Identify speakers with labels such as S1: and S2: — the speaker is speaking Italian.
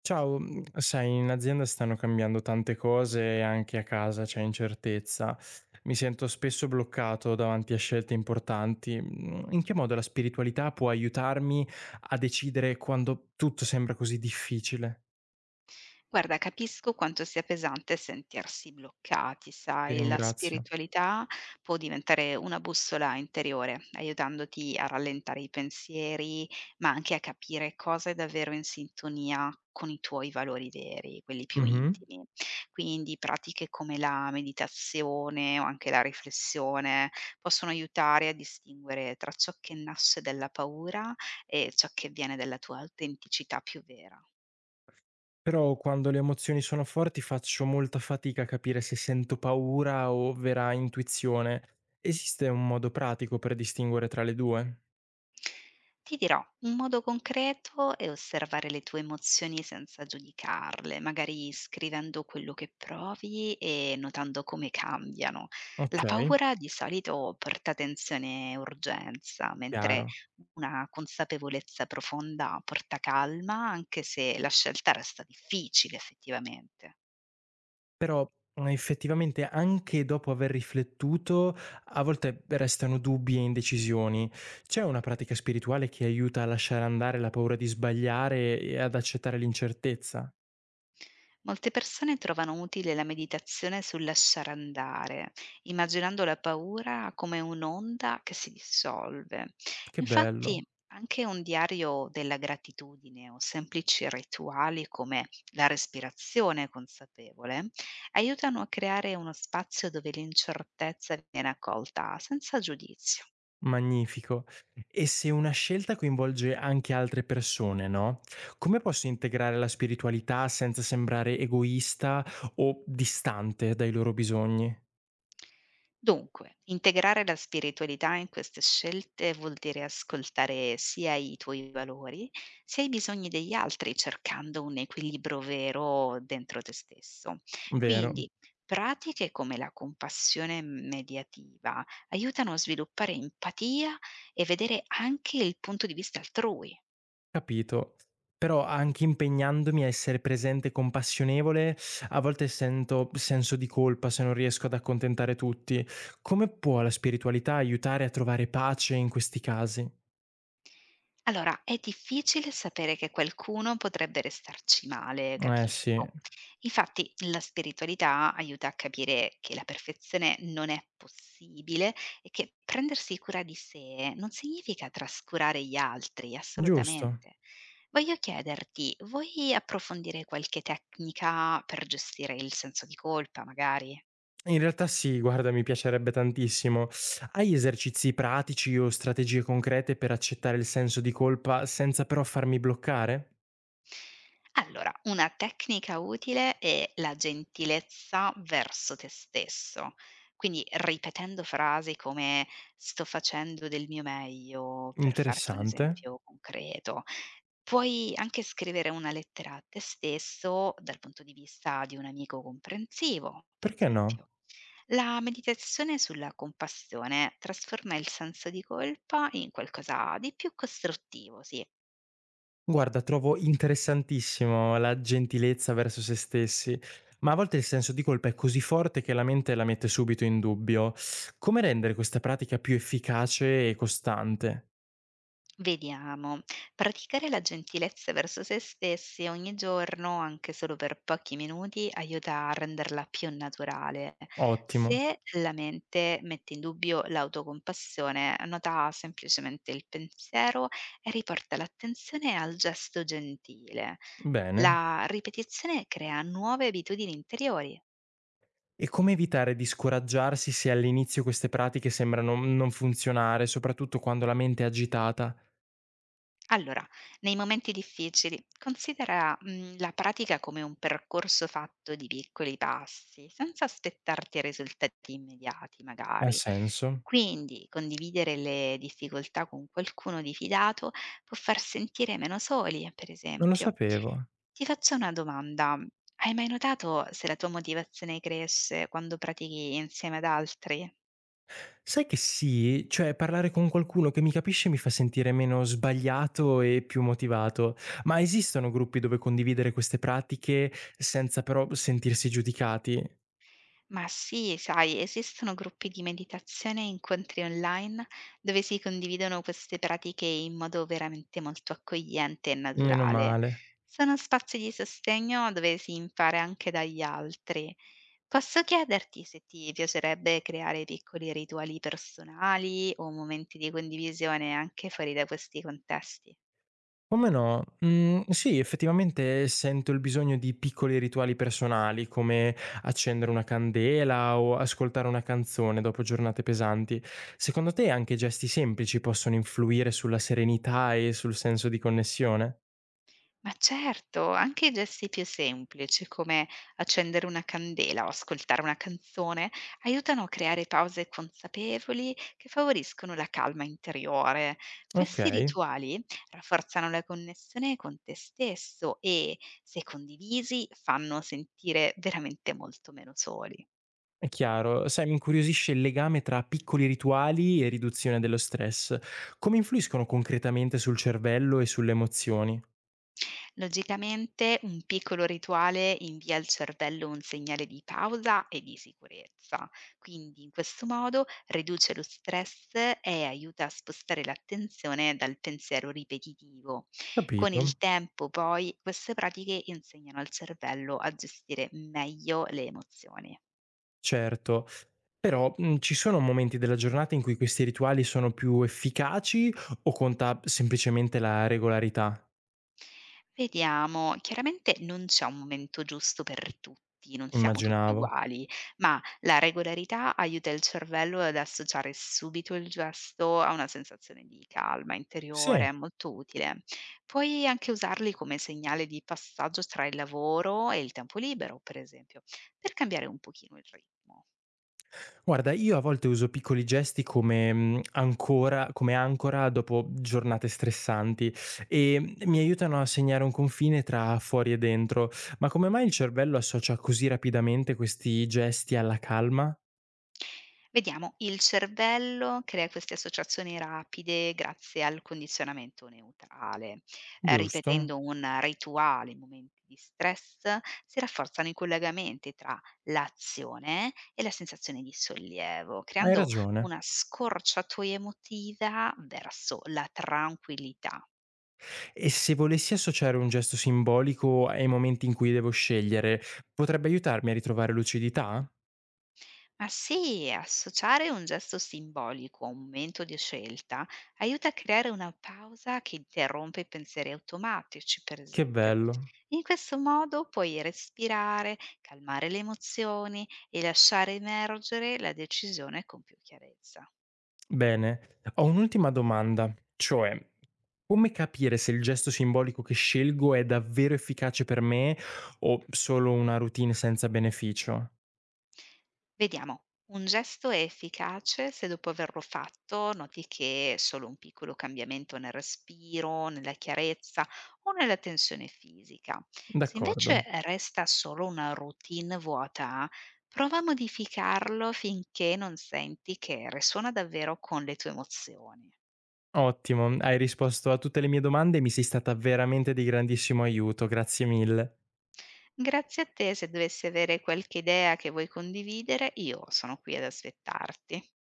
S1: Ciao, sai in azienda stanno cambiando tante cose e anche a casa c'è incertezza. Mi sento spesso bloccato davanti a scelte importanti. Mhmm, in che modo la spiritualità può aiutarmi a decidere quando tutto sembra così difficile?
S2: Guarda, capisco quanto sia pesante sentirsi bloccati,
S1: Ti
S2: sai, la
S1: ringrazio.
S2: spiritualità può diventare una bussola interiore, aiutandoti a rallentare i pensieri, ma anche a capire cosa è davvero in sintonia con i tuoi valori veri, quelli più
S1: Mh-mh.
S2: intimi. Quindi pratiche come la meditazione o anche la riflessione possono aiutare a distinguere tra ciò che nasce dalla paura e ciò che viene dalla tua autenticità più vera.
S1: Però quando le emozioni sono forti faccio molta fatica a capire se sento paura o vera intuizione. Esiste un modo pratico per distinguere tra le 2?
S2: Ti dirò, un modo concreto è osservare le tue emozioni senza giudicarle, magari scrivendo quello che provi e notando come cambiano. La
S1: Okay,
S2: paura di solito porta tensione e urgenza, mentre
S1: chiaro.
S2: una consapevolezza profonda porta calma, anche se la scelta resta difficile effettivamente.
S1: Però, effettivamente anche dopo aver riflettuto, a volte restano dubbi e indecisioni. C'è una pratica spirituale che aiuta a lasciare andare la paura di sbagliare e ad accettare l'incertezza?
S2: Molte persone trovano utile la meditazione sul lasciare andare, immaginando la paura come un'onda che si dissolve.
S1: Che
S2: Infatti,
S1: bello,
S2: anche un diario della gratitudine o semplici rituali come la respirazione consapevole aiutano a creare uno spazio dove l'incertezza viene accolta senza giudizio.
S1: magnifico. E se una scelta coinvolge anche altre persone, no, come posso integrare la spiritualità senza sembrare egoista o distante dai loro bisogni?
S2: Dunque, integrare la spiritualità in queste scelte vuol dire ascoltare sia i tuoi valori, sia i bisogni degli altri, cercando un equilibrio vero dentro te stesso.
S1: Vero.
S2: Quindi, pratiche come la compassione mediativa aiutano a sviluppare empatia e vedere anche il punto di vista altrui.
S1: Capito. Però anche impegnandomi a essere presente e compassionevole, a volte sento senso di colpa se non riesco ad accontentare tutti. Come può la spiritualità aiutare a trovare pace in questi casi?
S2: Allora, è difficile sapere che qualcuno potrebbe restarci male,
S1: Eh sì,
S2: capisco. Infatti, la spiritualità aiuta a capire che la perfezione non è possibile e che prendersi cura di sé non significa trascurare gli altri,
S1: giusto.
S2: assolutamente. Voglio chiederti, vuoi approfondire qualche tecnica per gestire il senso di colpa, magari?
S1: In realtà sì, guarda, mi piacerebbe tantissimo. Hai esercizi pratici o strategie concrete per accettare il senso di colpa senza però farmi bloccare?
S2: Allora, una tecnica utile è la gentilezza verso te stesso. Quindi ripetendo frasi come "sto facendo del mio meglio", per farti un
S1: Interessante.
S2: esempio concreto. Puoi anche scrivere una lettera a te stesso dal punto di vista di un amico comprensivo, per
S1: Perché no?
S2: esempio. La meditazione sulla compassione trasforma il senso di colpa in qualcosa di più costruttivo, sì.
S1: Guarda, trovo interessantissimo la gentilezza verso se stessi, ma a volte il senso di colpa è così forte che la mente la mette subito in dubbio. Come rendere questa pratica più efficace e costante?
S2: Vediamo, praticare la gentilezza verso se stessi ogni giorno, anche solo per pochi minuti, aiuta a renderla più naturale.
S1: Ottimo,
S2: Se la mente mette in dubbio l'autocompassione, nota semplicemente il pensiero e riporta l'attenzione al gesto gentile.
S1: bene.
S2: La ripetizione crea nuove abitudini interiori.
S1: E come evitare di scoraggiarsi se all'inizio queste pratiche sembrano non funzionare, soprattutto quando la mente è agitata?
S2: Allora, nei momenti difficili, considera, la pratica come un percorso fatto di piccoli passi, senza aspettarti risultati immediati
S1: Ha
S2: magari.
S1: senso?
S2: Quindi, condividere le difficoltà con qualcuno di fidato può far sentire meno soli, per
S1: Non lo
S2: esempio.
S1: sapevo.
S2: Ti faccio una domanda: hai mai notato se la tua motivazione cresce quando pratichi insieme ad altri?
S1: Sai che sì, cioè parlare con qualcuno che mi capisce mi fa sentire meno sbagliato e più motivato. Ma esistono gruppi dove condividere queste pratiche senza però sentirsi giudicati?
S2: Ma sì, sai, esistono gruppi di meditazione e incontri online dove si condividono queste pratiche in modo veramente molto accogliente e
S1: Meno
S2: naturale.
S1: male.
S2: Sono spazi di sostegno dove si impara anche dagli altri. Posso chiederti se ti piacerebbe creare piccoli rituali personali o momenti di condivisione anche fuori da questi contesti?
S1: Come no? Mm, sì, effettivamente sento il bisogno di piccoli rituali personali, come accendere una candela o ascoltare una canzone dopo giornate pesanti. Secondo te anche gesti semplici possono influire sulla serenità e sul senso di connessione?
S2: Ma certo, anche i gesti più semplici, come accendere una candela o ascoltare una canzone, aiutano a creare pause consapevoli che favoriscono la calma interiore.
S1: Ok.
S2: Questi rituali rafforzano la connessione con te stesso e, se condivisi, fanno sentire veramente molto meno soli.
S1: È chiaro, sai, mi incuriosisce il legame tra piccoli rituali e riduzione dello stress. Come influiscono concretamente sul cervello e sulle emozioni?
S2: Logicamente un piccolo rituale invia al cervello un segnale di pausa e di sicurezza, quindi in questo modo riduce lo stress e aiuta a spostare l'attenzione dal pensiero ripetitivo. Con il
S1: Capito?
S2: tempo poi queste pratiche insegnano al cervello a gestire meglio le emozioni.
S1: Certo, però ci sono momenti della giornata in cui questi rituali sono più efficaci o conta semplicemente la regolarità?
S2: Vediamo, chiaramente non c'è un momento giusto per tutti, non siamo tutti
S1: Immaginavo.
S2: uguali, ma la regolarità aiuta il cervello ad associare subito il gesto a una sensazione di calma interiore,
S1: Sì.
S2: è molto utile. Puoi anche usarli come segnale di passaggio tra il lavoro e il tempo libero, per esempio, per cambiare un pochino il ritmo.
S1: Guarda, io a volte uso piccoli gesti come ancora dopo giornate stressanti e mi aiutano a segnare un confine tra fuori e dentro. Ma come mai il cervello associa così rapidamente questi gesti alla calma?
S2: Vediamo, il cervello crea queste associazioni rapide grazie al condizionamento neutrale.
S1: Giusto,
S2: Ripetendo un rituale in momenti di stress, si rafforzano i collegamenti tra l'azione e la sensazione di sollievo,
S1: hai
S2: creando
S1: ragione.
S2: una scorciatoia emotiva verso la tranquillità.
S1: E se volessi associare un gesto simbolico ai momenti in cui devo scegliere, potrebbe aiutarmi a ritrovare lucidità?
S2: Ma sì, associare un gesto simbolico a un momento di scelta aiuta a creare una pausa che interrompe i pensieri automatici, per
S1: Che
S2: esempio.
S1: bello.
S2: In questo modo puoi respirare, calmare le emozioni e lasciare emergere la decisione con più chiarezza.
S1: Bene, ho un'ultima domanda, cioè come capire se il gesto simbolico che scelgo è davvero efficace per me o solo una routine senza beneficio?
S2: Vediamo, un gesto è efficace se dopo averlo fatto noti che solo un piccolo cambiamento nel respiro, nella chiarezza o nella tensione fisica. Se invece
S1: D'accordo.
S2: resta solo una routine vuota, prova a modificarlo finché non senti che risuona davvero con le tue emozioni.
S1: Ottimo, hai risposto a tutte le mie domande e mi sei stata veramente di grandissimo aiuto, grazie mille.
S2: Grazie a te, se dovessi avere qualche idea che vuoi condividere, io sono qui ad aspettarti.